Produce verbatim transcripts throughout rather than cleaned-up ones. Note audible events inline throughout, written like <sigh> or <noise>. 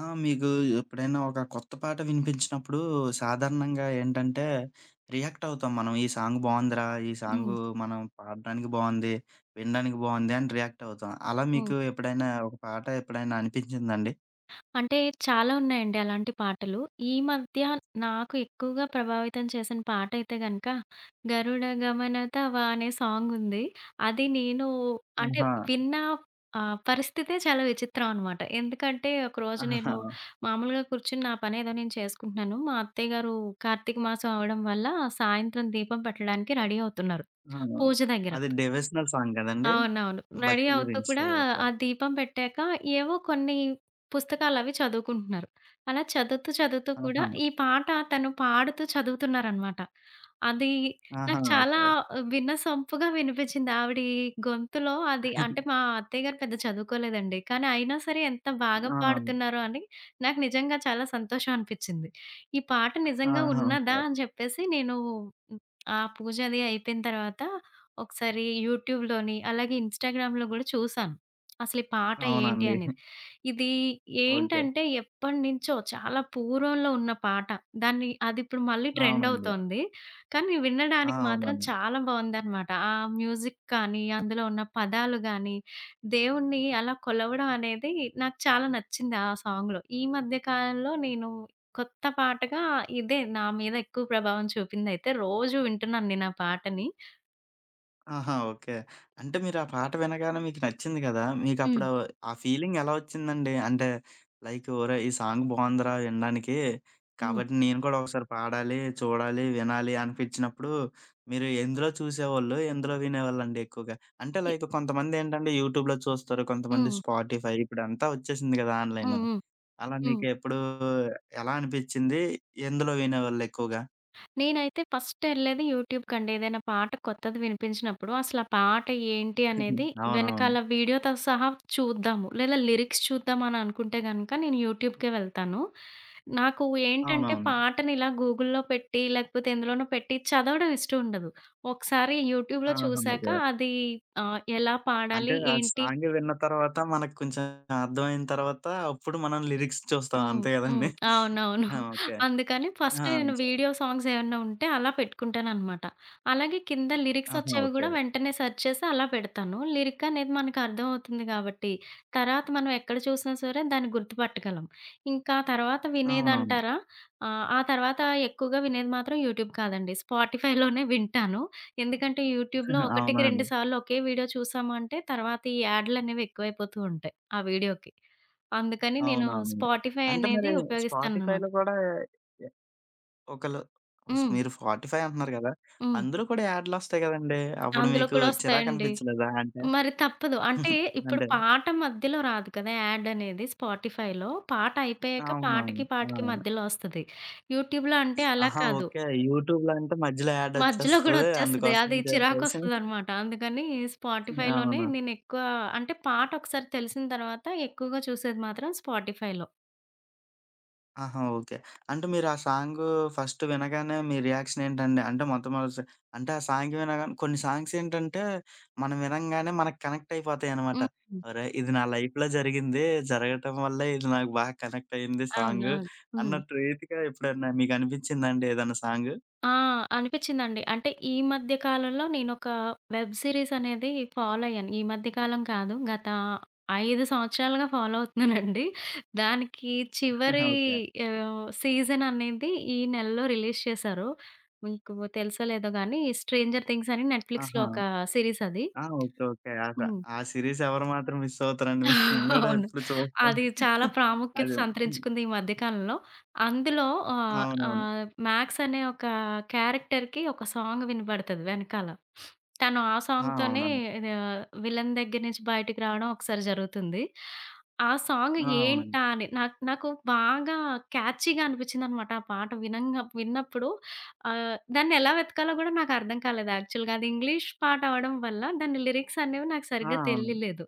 ఆ! మీకు ఎప్పుడైనా ఒక కొత్త పాట వినిపించినప్పుడు సాధారణంగా ఏంటంటే, రియాక్ట్ అవుతాం మనం. ఈ సాంగ్ బావుందిరా! ఈ హ్మ్. సాంగు మనం పాడడానికి బావుంది, వినడానికి బావుంది అని రియాక్ట్ అవుతాం. అలా హ్మ్. మీకు ఎప్పుడైనా ఒక పాట ఎప్పుడైనా అనిపించిందా అండి? అంటే చాలా ఉన్నాయండి అలాంటి పాటలు. ఈ మధ్య నాకు ఎక్కువగా ప్రభావితం చేసిన పాటయితే గనక 'గరుడ గమన తవ' అనే సాంగుంది. అది నేను అంటే ఆహా! విన్న ఆహ్, పరిస్థితే చాలా విచిత్రం అనమాట. ఎందుకంటే ఒకరోజు ఆహా! నేను మామూలుగా కూర్చొని నా పనేదో నేను చేసుకుంటున్నాను. మా అత్తయ్య గారు కార్తీక మాసం అవ్వడం వల్ల సాయంత్రం దీపం పెట్టడానికి రెడీ అవుతున్నారు ఆ! పూజ దగ్గర. అది డివోషనల్ సాంగ్ కదండీ! అవునవును. రెడీ భక్తి అవుతూ గురించి. కూడా ఓకే. ఆ దీపం పెట్టాక ఏవో కొన్ని పుస్తకాలవి చదువుకుంటున్నారు. అలా చదువుతూ, చదువుతూ కూడా ఆహా! ఈ పాట తను పాడుతూ చదువుతున్నారనమాట. అది ఆహా! నాకు చాలా ఓకే. వినసొంపుగా వినిపించింది. ఆవిడి గొంతులో అది అంటే మా అత్తయ్య గారు పెద్ద చదువుకోలేదండి. కానీ అయినా సరే ఎంత బాగా ఆ! పాడుతున్నారో అని నాకు నిజంగా చాలా సంతోషం అనిపిచ్చింది. ఈ పాట నిజంగా ఆహా! ఉన్నదా ఓకే. అని చెప్పేసి నేను ఆ పూజ అది అయిపోయిన తర్వాత ఒకసారి యూట్యూబ్‌లోని, అలాగే ఇన్‌స్టాగ్రామ్‌లో గూడా చూసాను. అసలు ఈ పాట ఏంటి అవునండి. అనేది. ఇది ఓకే. ఏంటంటే ఎప్పటినుంచో చాలా పూర్వంలో ఉన్న పాట. దాన్ని అది ఇప్పుడు మళ్ళీ ట్రెండ్ అవునండి. అవుతోంది. కానీ ఆ! వినడానికి మాత్రం అవునండి. చాలా బావుందనమాట. ఆ మ్యూజిక్ కానీ, అందులో ఉన్న పదాలు గానీ, దేవుణ్ణి అలా కొలవడం అనేది నాకు చాలా నచ్చింది ఆ సాంగ్‌లో. ఈ మధ్య కాలంలో నేను కొత్త పాటగా ఇదే నా మీద ఎక్కువ ప్రభావం చూపిందయితే. రోజూ వింటున్నాను నేను ఆ పాటని. ఆహా! ఓకే. అంటే మీరు ఆ పాట వినగానే మీకు నచ్చింది కదా! హ్మ్. మీకప్పుడు ఆ ఫీలింగ్ ఎలా వచ్చిందండి? అంటే లైక్ ఒరేయ్! ఈ సాంగ్ బావుందిరా వినడానికి. హ్మ్. కాబట్టి నేను కూడా ఒకసారి పాడాలి, చూడాలి, వినాలి అనిపించినప్పుడు మీరు ఎందులో చూసేవాళ్ళు? ఎందులో వినేవాళ్ళండి ఎక్కువగా? అంటే ఇ లైక్ కొంతమందేంటంటే యూట్యూబ్‌లో చూస్తారు. కొంతమంది హ్మ్. స్పాటిఫై ఇప్పుడంతా వచ్చేసింది కదా! హ్మ్. ఆన్‌లైను. హ్మ్. అలా హ్మ్. మీకెప్పుడు ఎలా అనిపించింది? ఎందులో వినేవాళ్ళు ఎక్కువగా? నేనైతే ఫస్ట్ ఎళ్ళేది యూట్యూబ్‌కండి. ఏదైనా పాట కొత్తది వినిపించినప్పుడు అసలు ఆ పాట ఏంటి అనేది అవునవును. వెనకాల వీడియోతో సహా చూద్దాము. లేదా లిరిక్స్ చూద్దాం అని అనుకుంటే గనక నేను యూట్యూబ్‌కే వెళ్తాను. నాకు ఏంటంటే అవునవును. పాటని ఇలా గూగుల్‌లో పెట్టి లేకపోతే ఎందులోనో పెట్టి చదవడం ఇష్టం ఉండదు. ఒకసారి యూట్యూబ్‌లో ఆహా! చూసాక ఓకే. అది ఆహ్, ఎలా అంటే పాడాలి? ఆ ఏంటి? సాంగ్ విన్న తర్వాత మనకు కొంచెం అర్థమైన తర్వాత అప్పుడు మనం లిరిక్స్ చూస్తాం హ్మ్. అంతే హ్మ్. గదండీ! అవునవును. ఆ! ఓకే. అందుకని ఆ! ఫస్ట్ నేను చ వీడియో సాంగ్స్ ఏమన్నా ఉంటే అలా పెట్టుకుంటాననమాట. అలాగే కింద ఆహా! లిరిక్సొచ్చేవి ఓకే. గూడా వెంటనే సెర్చ్ చేసి అలా పెడతాను. లిరిక్ అనేది మనకు అర్థమవుతుంది గాబట్టి, తర్వాత మనం ఎక్కడ చూసినా సరే దాన్ని గుర్తుపట్టగలం. ఇంకా తర్వాత అవునవును. వినేదంటారా? ఆహ్, ఆ తర్వాత ఎక్కువగా వినేది మాత్రం యూట్యూబ్ కాదండి. స్పాటిఫైలోనే వింటాను. ఎందుకంటే యూట్యూబ్‌లో ఒకటికి అవునండి. రెండు సార్లు ఒకే వీడియో చూసాము అంటే తర్వాత ఈ యాడ్‌లనేవి ఎక్కువైపోతూ ఉంటాయి ఆ వీడియోకి. అందుకని నేను అవునవునండి. స్పాటిఫై అంటే మరి అనేది ఉపయోగిస్తాననమాట. స్పాటిఫైలో గూడా ఎ ఒకళ్ళు స్ హ్మ్. మీరు స్పాటిఫై అంటున్నారు గదా! హ్మ్. అందులో కూడా యాడ్‌లొస్తాయి గదండీ! అప్పుడు అందులో మీకు కూడా వస్తాయండి. చిరాకనిపించలేదా? అంటే మరి తప్పదు. అంటే ఇప్పుడు అంటే పాట మధ్యలో రాదు కదా! యాడ్ అనేది స్పాటిఫైలో. పాట అయిపోయాక అవునవును. పాటకి, పాటకి అవును. మధ్యలో వస్తది. యూట్యూబ్‌లో అంటే అలా ఆహా! కాదు. ఓకే. యూట్యూబ్‌లో అంటే మధ్యలో యాడ్ మధ్యలో కూడా ఒచ్చేస్తది వచ్చేస్తది. అందుకోసం అది అని చెప్పేసి చిరాకొస్తదనమాట. అందుకని స్పాటిఫైలోనే అవును. నేను ఎక్కువ అంటే పాట ఒకసారి తెలిసిన తర్వాత ఎక్కువగా చూసేది మాత్రం స్పాటిఫైలో. ఆహా! ఓకే. అంటే మీరు ఆ సాంగు ఫస్ట్ వినగానే మీ రియాక్షన్ ఏంటండి? అంటే మొట్టమొదటి అంటే ఆ సాంగ్ వినగానే కొన్ని సాంగ్స్ ఏంటంటే మనం వినంగానే మనకు కనెక్ట్ అయిపోతాయన్నమాట. హ్మ్. "అరేయ్! ఇది నా లైఫ్‌లో జరిగింది. జరగటం వల్లే ఇది నాకు బాగా కనెక్ట్ అయింది సాంగు" అవునవును. హ్మ్. అన్నట్టు రీతిగా ఎప్పుడన్నా మీకు అనిపించిందా అండి ఏదన్నా సాంగు? ఆ! అనిపిచ్చిందండి. అంటే ఈ మధ్య కాలంలో నేనొక వెబ్ సీరీస్ అనేది ఫాలో అయ్యాను. ఈ మధ్య కాలం కాదు. గత ఐదు సంవత్సరాలుగా ఫాలో అవుతున్నానండి. దానికి <laughs> చివరి ఓకే. ఆహ్, సీజన్ అనేది ఈ నెలలో రిలీజ్ చేశారు. మీకు తెలుసో లేదో గానీ 'స్ట్రేంజర్ థింగ్స్' అని నెట్‌ఫ్లిక్స్‌లో ఆహా! ఒక సీరీస్ అది. ఆ! ఓకే. ఓకే. ఆ స హ్మ్. ఆ సీరీస్ ఎవరు మాత్రం మిస్ అవుతారండి. మేము గూడా అవును. ఎప్పుడు చూస్తాం. అది చాలా <laughs> ప్రాముఖ్యత అది హ్మ్. సంతరించుకుంది ఈ మధ్య కాలంలో. అందులో ఆహ్, అవునవును. ఆహ్, 'మ్యాక్స్' అనే ఒక క్యారెక్టర్‌కి ఒక సాంగ్ వినబడతది వెనకాల. తను ఆ ఆ! సాంగ్‌తోనే అవునండి. ఇది విలన్ దగ్గర నుంచి బయటికి రావడం ఒకసారి జరుగుతుంది. ఆ సాంగ్ ఆ! అవునండి. ఏంటా అని నాకు నాకు బాగా క్యాచీగా అనిపించిందనమాట ఆ పాట వినంగా విన్నప్పుడు. ఆహ్, దాన్ని ఎలా వెతకాలో కూడా నాకు అర్థం కాలేదు యాక్చువల్‌గా. అది ఇంగ్లీష్ పాట అవ్వడం వల్ల దాని లిరిక్స్ అనేవి నాకు ఆ! అవునండి. సరిగ్గా ఆ! అవును. తెలియలేదు.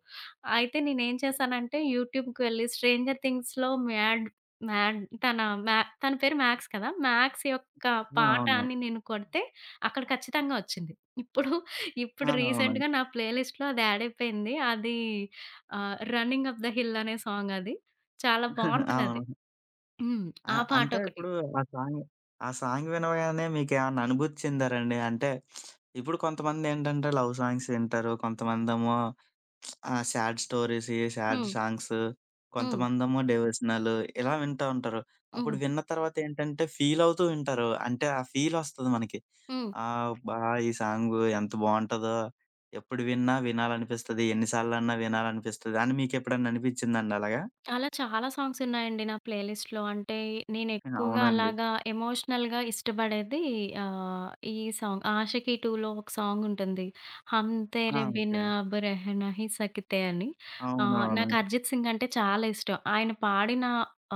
అయితే నేనేం చేశానంటే యూట్యూబ్‌కి వెళ్లి 'స్ట్రేంజర్ థింగ్స్‌లో' మ్యాడ్ మ్యాడ్ తన మ్యా తన పేరు మ్యాక్స్ కదా! మ్యాక్స్ యొక్క ఆ! పాట అవును. అని నేను కొడితే అక్కడ ఖచ్చితంగా వచ్చింది. ఇప్పుడు ఆ! ఇప్పుడు అవునండి. రీసెంట్‌గా నా ప్లే లిస్ట్‌లో అది యాడ్ అయిపోయింది. అది ఆహ్, 'రన్నింగ్ అప్ ద హిల్' అనే సాంగ్ అది. చాలా బావుంటదది. అవును. హ్మ్. ఆ! ఆ అంటే పాటొకటి. ఇప్పుడు ఆ సాంగ్ ఆ సాంగ్ వినగానే మీకేమన్నా అనుభూతి చెందారండి? అంటే ఇప్పుడు కొంతమందేంటంటే లవ్ సాంగ్స్ వింటారు. కొంతమందేమో ఆహ్, సాడ్ స్టోరీస్, సాడ్ హ్మ్. సాంగ్స్, హ్మ్. కొంతమందేమో డివోషనల్ ఇలా వింటా ఉంటారు. అప్పుడు హ్మ్. విన్న తర్వాత ఏంటంటే ఫీల్ అవుతూ వింటారు. అంటే ఆ ఫీల్ వస్తది మనకి. హ్మ్. ఆహ్, అబ్బా! ఈ సాంగు ఎంత బావుంటదో, ఎప్పుడు విన్నా వినాలనిపిస్తది. ఎన్ని సార్లన్నా వినాలనిపిస్తది అని మీకెప్పుడన్నా అనిపిచ్చిందండి అలాగా? అలా చాలా సాంగ్స్ ఉన్నాయండి నా ప్లే లిస్ట్‌లో. అంటే నేను ఎక్కువగా అవునండి. అలాగా ఎమోషనల్‌గా ఇష్టపడేది ఆహ్, ఈ సాంగ్ 'ఆషికీ టూ'లో ఒక సాంగ్ ఉంటుంది. 'హమ్ ఆ! తేరే ఓకే. బినా అబ్ రెహ్ నహీ సక్తే' అని. ఆహ్, అవునవును. నాకు అరిజిత్ సింగ్ అంటే చాలా ఇష్టం. ఆయన పాడిన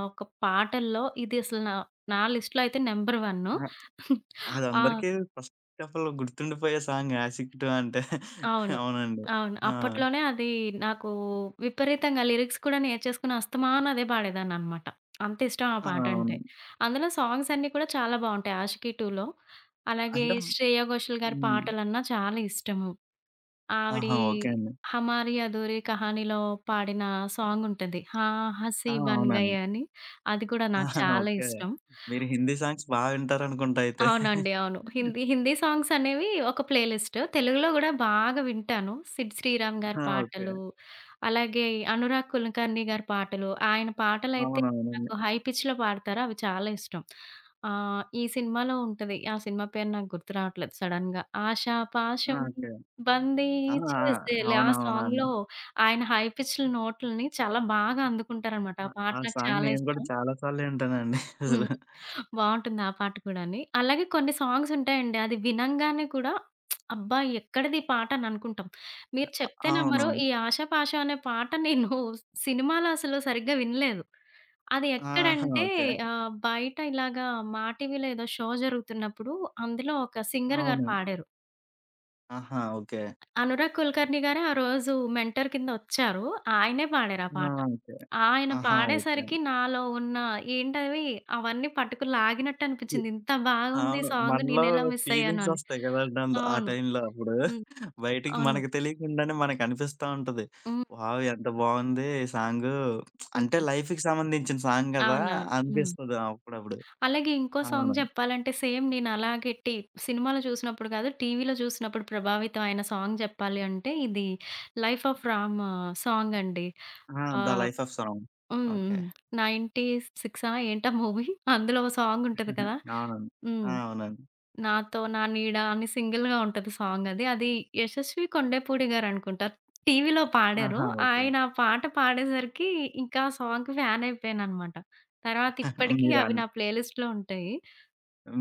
ఒక పాటల్లో ఇది అసలు నా నా లిస్ట్‌లో అయితే నంబర్ వన్. అ ఆ! అదందరికీ ఫస్ట్ ఆఫ్ ఆల్ గుర్తుండిపోయే సాంగ్ 'యాసిడ్' అంటే. అవును. అవునండి. అవును. ఆ! అప్పట్లోనే అది నాకు విపరీతంగా లిరిక్స్ కూడా నేర్చేసుకొని అస్తమాను అదే పాడేదాన్ననమాట. అంత ఇష్టం ఆ ఆ! అవును. పాటంటే. అందులో సాంగ్స్ అన్నీ కూడా చాలా బావుంటాయి 'ఆషికీ 2లో.' అలాగే అంటే 'శ్రేయ ఘోషల్' గారి హ్మ్. పాటలన్నా చాలా ఇష్టము. ఆవిడి ఆహా! ఓకే అండి. 'హమారీ అధూరీ కహానీలో' పాడిన సాంగుంటది. 'హాన్ ఆ! హసీ బన్ అవునండి. గయే' అని అది కూడా నాకు ఆహా! చాలా ఓకే. ఇష్టం. మీరు హిందీ సాంగ్స్ బా వింటారనుకుంటా అయితే. అవునండి. అవును. హిందీ హిందీ సాంగ్స్ అనేవి ఒక ప్లే లిస్ట్. తెలుగులో గూడా బాగా వింటాను. సిద్ శ్రీరామ్ గారి ఆ! ఓకే. పాటలు, అలాగే అనురాగ్ కులకర్ణి గారి పాటలు. ఆయన పాటలైతే అవునవునండి. నాకు హై పిచ్‌లో పాడతారు. అవి చాలా ఇష్టం. ఆహ్, ఈ సినిమాలో ఉంటది. ఆ సినిమా పేరు నాకు గుర్తు రావట్లేదు సడెన్‌గా. ఆషా ఆ! పాశం ఓకే. బందీ ఆ! ఆ! చేసేలే ఆ అవునవునండి. సాంగ్‌లో ఆయన హై పిచ్డ్ నోట్లని చాలా బాగా అందుకుంటారనమాట. ఆ ఆ పాట ఆ నాకు సాంగ్ చాలా నేను గూడా ఇష్టం. చాలా సార్లు వింటానండి హ్మ్. అసలు. బావుంటుంది ఆ పాట కూడాని. అలాగే కొన్ని సాంగ్స్ ఉంటాయండి. అది వినంగానే కూడా అబ్బా! ఎక్కడిది ఈ పాట అని అనుకుంటాం. మీరు అ చెప్తే నమ్మరు అవునవును. ఈ 'ఆషాపాషా' అనే పాట నేను సినిమాలో అసలు సరిగ్గా వినలేదు. అది ఆహా! ఎక్కడంటే ఓకే. ఆహ్, బయట ఇలాగా మా టీవీలో ఏదో షో జరుగుతున్నప్పుడు అందులో ఒక సింగర్ గారు అవును. పాడారు. ఆహా! ఓకే. అనురాగ్ కుల్కర్ణి గారే ఆ రోజు మెంటర్ కింద ఒచ్చారు. ఆయనే పాడారు ఆ ఆ! పాట. ఓకే. ఆయన ఆహా! ఓకే. పాడేసరికి నాలో ఉన్న ఏంటవి అవన్నీ పట్టుకు లాగినట్టు హ్మ్. అనిపిచ్చింది. ఇంత బాగుంది అవును. సాంగ్ మనలో నేనెలా మిస్ అయ్యాను అని. ఫీలింగ్సొస్తాయి కదండీ! అందు ఆ అవును. టైంలో అప్పుడు. హ్మ్. బయటికి అవును. మనకు తెలియకుండానే మనకనిపిస్తా ఉంటది. హ్మ్. వావ్! ఎంత బావుంది ఈ సాంగు. అంటే హ్మ్. లైఫ్‌కి సంబంధించిన సాంగ్ గదా! అవునవును. హ్మ్. అనిపిస్తది అప్పుడప్పుడు. అలాగే ఇంకో అవును. సాంగ్ జెప్పాలంటే సేమ్ నేనలాగే టి సినిమాలో చూసినప్పుడు గాదు, టీవీలో చూసినప్పుడు ప్రభావితం అయిన సాంగ్ జెప్పాలి అంటే ఇది 'లైఫ్ ఆఫ్ రామ్' సాంగ్ అండి. ఆ! ఆ! 'The life of song.' హ్మ్. హ్మ్. ఓకే. తొంభై ఆరా ఏంటా మూవీ అందులో ఓ సాంగ్ ఉంటది <laughs> కదా! అవునండి. ఆ! హ్మ్. అవునండి. 'నాతో నా నీడ' అని సింగిల్‌గా ఉంటది సాంగ్ అది. అది యశస్వి కొండేపూడి గారనుకుంటా. టీవీలో పాడారు. ఆహా! ఓకే. ఆయన ఆ పాట పాడేసరికి ఇంకా ఆ సాంగ్‌కి ఫ్యాన్ అయిపోయాననమాట. తర్వాత ఇప్పటికి అవి మీరన్ నా ప్లే లిస్ట్‌లో ఉంటాయి.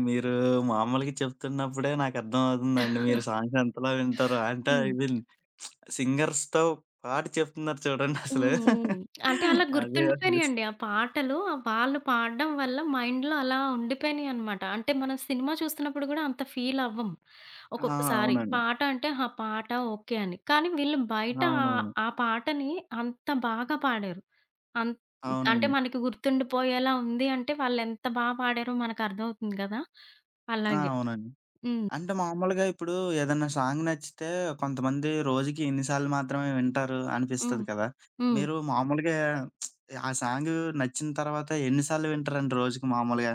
మీరు మామూలుగా చెప్తున్నప్పుడే నాకర్థమవుతుందండి. మీరు సాంగ్స్ ఎంతలా వింటారో. అంటే హ్మ్. ఇవి సింగర్స్‌తో పాటు చెప్తున్నారు చూడండి అసలు. హ్మ్. హ్మ్. అంటే అలా అదే జస్ట్ గుర్తుండిపోయినియండి. ఆ పాటలు వాళ్ళు పాడడం వల్ల మైండ్‌లో అలా ఉండిపోయినియనమాట. అంటే మనం సినిమా చూస్తున్నప్పుడు గూడా అంత ఫీల్ అవ్వం. ఆ! ఒక్కొక్కసారి అవునండి. పాట అంటే ఆ పాట ఓకే అని. కానీ వీళ్ళు బయట ఆహ్, అవునవును. ఆ పాటని అంత బాగా పాడారు. అన్ అంటే అవునండి. మనకి గుర్తుండిపోయేలా ఉంది అంటే వాళ్ళెంత బా పాడారో మనకర్థమవుతుంది గదా! ఆ! అలాగే. అవునండి. హ్మ్. అంటే మామూలుగా ఇప్పుడు ఏదన్నా సాంగ్ నచ్చితే కొంతమంది రోజుకి ఇన్ని సార్లు మాత్రమే వింటారు హ్మ్. అనిపిస్తది కదా! హ్మ్. మీరు మామూలుగా ఆ సాంగ్ నచ్చిన తర్వాత ఎన్ని సార్లు వింటారండి రోజుకి మామూలుగా?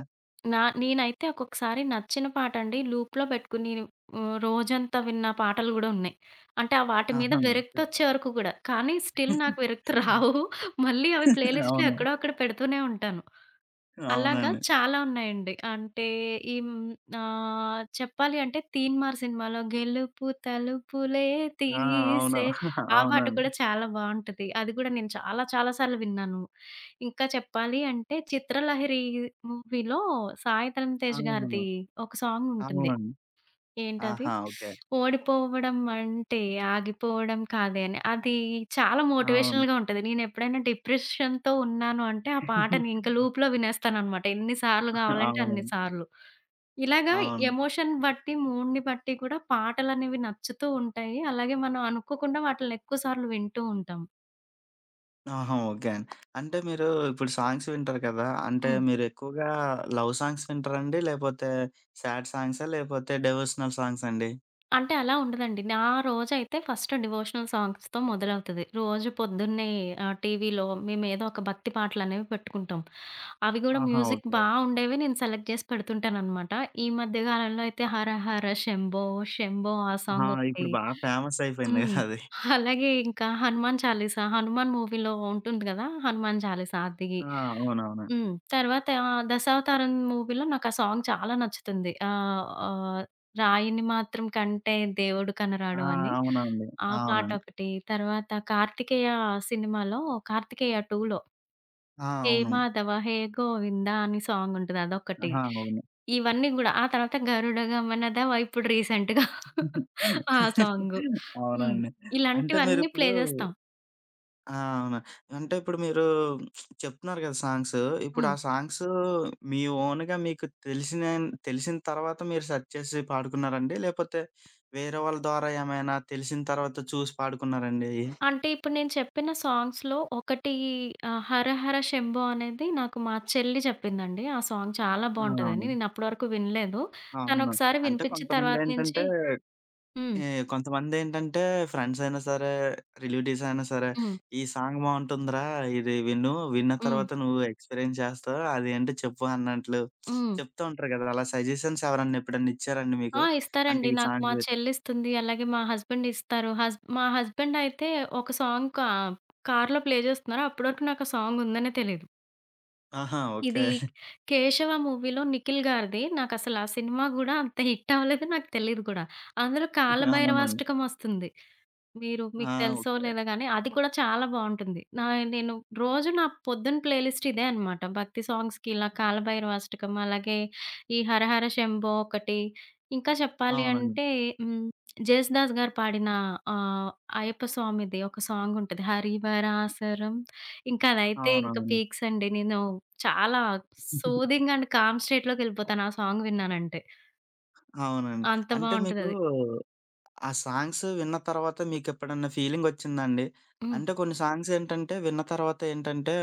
నా నేనైతే ఒక్కొక్కసారి నచ్చిన పాటండి లూప్‌లో పెట్టుకుని హ్మ్, రోజంతా విన్న పాటలు గూడా ఉన్నాయి. అంటే ఆ వాటి మీద ఆహా! విరక్తొచ్చే వరకు గూడా. కానీ <laughs> స్టిల్ ఓకే. నాకు విరక్తి రావు. మళ్ళీ అవి ప్లేలిస్ట్‌లో అవును. ఎక్కడో అక్కడ పెడుతూనే ఉంటాను. అలాగా అవునండి. చాలా ఉన్నాయండి. అంటే ఈ హ్మ్, ఆహ్, చెప్పాలి అంటే 'తీన్మార్' సినిమాలో 'గెలుపు తలుపులే ఆ! అవును. తీసే' <laughs> ఆ పాట అవునండి. కూడా చాలా బావుంటది. అది కూడా నేను చాలా చాలా సార్లు విన్నాను. ఇంకా చెప్పాలి అంటే 'చిత్రలహరి' మూవీలో సాయి తలం తేజ్ అవును. గారిది ఒక సాంగ్ ఉంటుంది. అవునండి. ఏంటది? ఆహా! ఓకే. ఓడిపోవడం అంటే ఆగిపోవడం కాదే అని. అది చాలా అవును. మోటివేషనల్‌గా ఉంటది. నేనెప్పుడైనా డిప్రెషన్‌తో ఉన్నాను అంటే ఆ పాటని ఇంక <laughs> లూప్‌లో వినేస్తాననమాట. ఎన్ని సార్లు కావాలంటే అన్ని అవునండి. సార్లు. ఇలాగా అవును. ఎమోషన్ బట్టి, మూడ్‌ని బట్టి కూడా పాటలనేవి నచ్చుతూ ఉంటాయి. అలాగే మనం అనుకోకుండా వాటిల్ని ఎక్కువ సార్లు వింటూ ఉంటాం. ఆహా! ఓకే అండి. అంటే మీరు ఇప్పుడు సాంగ్స్ వింటారు కదా! అంటే హ్మ్. మీరు ఎక్కువగా లవ్ సాంగ్స్ వింటారండి? లేపోతే సాడ్ సాంగ్సా? లేపోతే డివోషనల్ సాంగ్సా అండి? అంటే అలా ఉండదండి. నా రోజైతే ఫస్ట్ డివోషనల్ సాంగ్స్‌తో మొదలవుతది. రోజు పొద్దున్నే ఆహ్, టీవీలో మేమేదో ఒక భక్తి పాటలనేవి పెట్టుకుంటాం. అవి గూడా ఆహా! Music okay. బా ఉండేవి నేను సెలెక్ట్ జేసి పెడుతుంటాననమాట. ఈ మధ్య కాలంలో అయితే 'హరహర శంభో శంభో' ఆ ఆహా! సాంగొకటి ఇప్పుడు బాగా ఫేమస్ అయిపోయింది హ్మ్. కదా! అది. అలాగే ఇంకా 'హనుమాన్ చాలీసా' 'హనుమాన్' మూవీలో ఉంటుంది గదా! 'హనుమాన్ చాలీసా' అది. ఆ! అవునవును. హ్మ్. తర్వాత 'దశావతారం' మూవీలో నాకా సాంగ్ చాలా నచ్చుతుంది. ఆహ్, ఆహ్, 'రాయిని మాత్రం కంటే దేవుడు ఆ! కనరాడు' అని. అవునండి. ఆ పాట అవునండి. ఒకటి. తర్వాత 'కార్తికేయ' సినిమాలో 'కార్తికేయ టూలో' ఆ! 'హే అవును. మాధవ హే గోవిందా' అని సాంగ్ ఉంటది అదొకటి. ఆహా! అవును. ఇవన్నీ గూడా. ఆ తర్వాత 'గరుడ గమన'దా ఇప్పుడు రీసెంట్‌గా ఆ సాంగు. <laughs> హ్మ్. అవునండి. అంటే ఇలాంటివన్నీ ప్లే మీరిప్పుడు జేస్తాం. ఆ! అవును. అంటే ఇప్పుడు మీరు చెప్తున్నారు కదా! సాంగ్స్. ఇప్పుడు హ్మ్. ఆ సాంగ్స్ మీ ఓన్‌గా మీకు తెలిసిన తెలిసిన తర్వాత మీరు సెర్చ్ చేసి పాడుకున్నారండి? లేపోతే వేరే వాళ్ళ ద్వారా ఏమైనా తెలిసిన తర్వాత చూసి పాడుకున్నారండి అయి? అంటే ఇప్పుడు నేను చెప్పిన సాంగ్స్‌లో ఒకటి ఆహ్, 'హరహర శంభో' అనేది నాకు మా చెల్లి జెప్పిందండి. ఆ సాంగ్ చాలా ఆ! బావుంటదని. అవును. నేను అప్పటి వరకు వినలేదు. అవును. తనొకసారి అంటే వినిపించిన తర్వాత నుంచి కొంతమందేంటంటే హ్మ్. ఏ కొంతమందేంటంటే ఫ్రెండ్సయినా సరే, రిలేటివ్స్ అయినా సరే, హ్మ్. "ఈ సాంగ్ బావుంటుందిరా! ఇది విను. విన్న హ్మ్. తర్వాత నువ్వు ఎక్స్‌పీరియన్స్ చేస్తావు. అదేంటో చెప్పు" అన్నట్లు హ్మ్. చెప్తూ ఉంటారు కదా! అలా సజెషన్స్ ఎవరన్నా ఎప్పుడన్నా ఇచ్చారండి మీకు? ఆ! అంటే ఇస్తారండి. ఈ నాకు సాంగ్ మా విను చెల్లిస్తుంది. అలాగే మా హస్బెండ్ ఇస్తారు. హస్ మా హస్బెండ్ అయితే ఒక సాంగ్ కా కార్‌లో ప్లే జేస్తున్నారు. అప్పటివరకు నాకు ఆ సాంగ్ ఉందనే తెలీదు. ఆహా! ఓకే. ఇది 'కేశవ' మూవీలో నిఖిల్ గారిది. నాకసలు ఆ సినిమా గూడా అంత హిట్ అవ్వలేదు. నాకు తెలీదు కూడా. అందులో అవునండి. 'కాలభైరవాష్టకం' వస్తుంది. మీరు ఆ! మీకు తెలుసో ఓకే. లేదో గానీ, అది కూడా చాలా బావుంటుంది. నా నేను రోజు నా పొద్దున ప్లేలిస్ట్ ఇదే అనమాట. భక్తి సాంగ్స్‌కి ఇలా కాలభైరవాష్టకం, అలాగే ఈ 'హరహర శంభో' ఒకటి. ఇంకా చెప్పాలి అవునండి. అంటే హ్మ్. జేసుదాస్ గారు పాడిన ఆహ్, అయ్యప్ప స్వామిది ఒక సాంగ్ ఉంటది. 'హరివరాసరం' ఇంకా అదైతే ఇంకా అవునవును. పీక్స్ అండి. నేను చాలా సూదింగ్ అండ్ కామ్ స్టేట్‌లోకెళ్ళిపోతాను ఆ సాంగ్ విన్నానంటే. అవునండి. అంత అంటే మీకు బావుంటదది. ఆ సాంగ్స్ విన్న తర్వాత మీకెప్పుడన్నా ఫీలింగొచ్చిందాండి? హ్మ్. అంటే కొన్ని సాంగ్స్ ఏంటంటే, విన్న తర్వాత ఏంటంటే,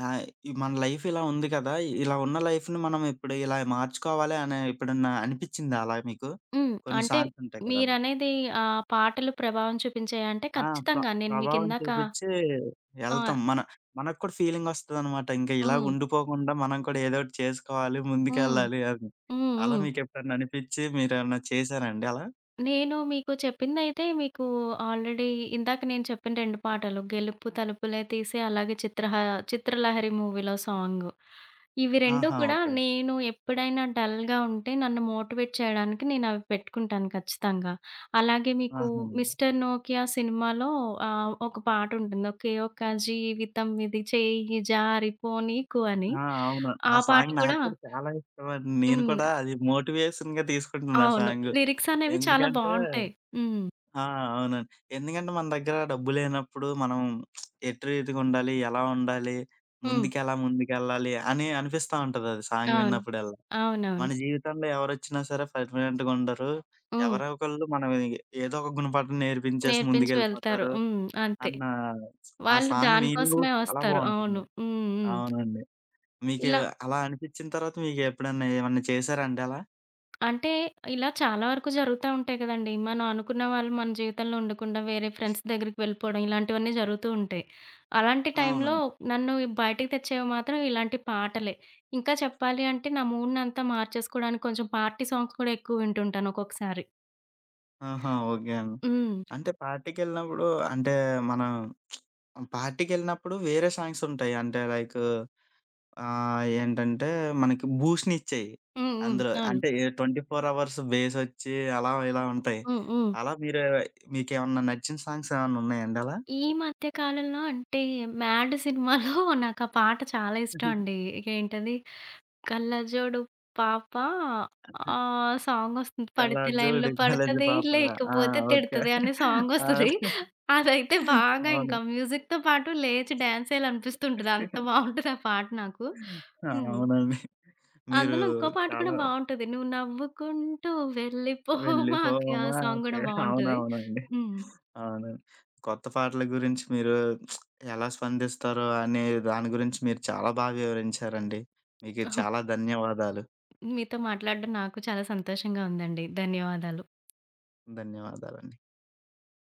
ఆహ్, ఈ మన లైఫ్ ఇలా ఉంది కదా! ఇలా ఉన్న లైఫ్‌ని మనం ఇప్పుడు ఇలా మార్చుకోవాలి అని ఎప్పుడన్నా అనిపిచ్చిందా అలా మీకు? హ్మ్. కొన్ని అంటే సాంగ్స్ ఉంటాయి కదా! అలా. మీరనేది ఆహ్, పాటలు ప్రభావం చూపించాయంటే ఆ! ప్ర ఖచ్చితంగా. నేను ప్రభావం మీకిందాక చూపిచ్చి ఆ! ఎళ్తాం. మన మనకు కూడా ఫీలింగొస్తదనమాట. ఇంక ఇలా హ్మ్. ఉండిపోకుండా మనం కూడా ఏదో ఒకటి చేసుకోవాలి, హ్మ్. ముందుకెళ్ళాలి అని. హ్మ్. అలా హ్మ్. మీకెప్పుడన్నా అనిపిచ్చి మీరేమన్నా చేసారా అండి అలా? నేను మీకు చెప్పిందైతే మీకు ఆల్రెడీ ఇందాక నేను చెప్పిన రెండు పాటలు 'గెలుపు తలుపులే తీసే' అలాగే చిత్రహ 'చిత్రలహరి' మూవీలో సాంగు. ఇవి రెండు ఆహా! కూడా ఓకే. నేను ఎప్పుడైనా డల్‌గా ఉంటే నన్ను మోటివేట్ చేయడానికి నేనవి పెట్టుకుంటాను ఖచ్చితంగా. అలాగే మీకు ఆహా! 'మిస్టర్ నోకియా' సినిమాలో ఆహ్, ఒక పాటుంటుంది. ఒకే ఒక్క జీవితం ఇది చేయి జారిపోనీకు అని. ఆ! అవును. ఆ ఆ పాట సాంగ్ నాకు కూడా కూడా చాలా ఇష్టమండి. నేను హ్మ్. కూడా అది మోటివేషన్‌గా తీసుకుంటున్నా ఆ అవును. సాంగు. లిరిక్స్ అనేవి చాలా ఎందుకంటే బావుంటాయి. హ్మ్. ఆ! అవునండి. ఎందుకంటే మన దగ్గర డబ్బు లేనప్పుడు మనం ఎటు రీతిగా ఉండాలి, ఎలా ఉండాలి, హ్మ్. ముందుకెలా ముందుకెళ్ళాలి అని అనిపిస్తా ఉంటది అది సాంగ్ అవును. విన్నప్పుడల్లా. అవునవును. మన జీవితంలో ఎవరొచ్చినా సరే పర్మనెంట్‌గా ఉండరు. హ్మ్. ఎవరో ఒకళ్ళు మనం ఏదో ఒక గుణపాఠం నేర్పించేసి నేర్పించి వెళ్తారు. ముందుకెళ్ళిపోతారు హ్మ్. అంతే. అన్న ఆ వాళ్ళు సాంగ్ మీనింగ్ కూడా దానికోసమే చాలా వస్తారు. బావుంటుంది. అవును. హ్మ్. హ్మ్. అవునండి. మీకు ఇలా అలా అనిపిచ్చిన తర్వాత మీకెప్పుడన్నా ఏమన్నా చేశారా అండి అలా? అంటే ఇలా చాలా వరకు జరుగుతా ఉంటాయి కదండీ. మనం అనుకున్న వాళ్ళు మన జీవితంలో ఉండకుండా వేరే ఫ్రెండ్స్ దగ్గరికి వెళ్ళిపోవడం ఇలాంటివన్నీ జరుగుతూ ఉంటాయి. అలాంటి టైంలో అవునండి. నన్ను బయటికి తెచ్చేవి మాత్రం ఇలాంటి పాటలే. ఇంకా చెప్పాలి అంటే నా మూడ్‌నంతా మార్చేసుకోవడానికి కొంచెం పార్టీ సాంగ్స్ కూడా ఎక్కువ వింటుంటాను ఒక్కొక్కసారి. ఆహా! ఓకే అండి. హ్మ్. అంటే పార్టీకెళ్ళినప్పుడు అంటే మనం పార్టీకెళ్ళినప్పుడు వేరే సాంగ్స్ ఉంటాయి. అంటే లైకు ఆహ్, ఏంటంటే మనకి బూస్ట్‌నిచ్చేయి. హ్మ్. హ్మ్. అందులో అవును. అంటే ఇరవై నాలుగు అవర్స్ బేసొచ్చి అలా ఇలా ఉంటాయి. హ్మ్. హ్మ్. అలా మీరు మీకేమన్నా నచ్చిన సాంగ్స్ ఏమన్నా ఉన్నాయండి అలా? ఈ మధ్య కాలంలో అంటే 'మ్యాడ్' సినిమాలో <laughs> నాకా పాట చాలా ఇష్టం అండి. ఏంటది 'కళ్ళజోడు పాప' ఆ సాంగొస్తుంది. 'పడితే లైన్‌లో కళ్ళజోడు కళ్ళజి పడతది పాప ఆ! లేకపోతే ఓకే. తిడతది' అనే సాంగొస్తది. అవును. అదైతే బాగా అవును. ఇంకా మ్యూజిక్‌తో పాటు లేచి డాన్స్ చేయాలనిపిస్తుంటది. అంత బావుంటది ఆ పాట నాకు. హ్మ్. అవునండి. మీరు అందులో ఇంకో పాట కూడా చాలా బావుంటది. 'నువ్వు నవ్వుకుంటూ వెళ్ళిపోమాకే' ఆ సాంగ్ వెళ్ళిపోమాకే గూడా బావుంటది. అవునవునండి. హ్మ్. అవునండి. కొత్త పాటల గురించి మీరు ఎలా స్పందిస్తారో అనే దాని గురించి మీరు చాలా బాగా వివరించారండి. మీకు చాలా ధన్యవాదాలు. మీతో మాట్లాడడం నాకు చాలా సంతోషంగా ఉందండి. ధన్యవాదాలు. ధన్యవాదాలండి.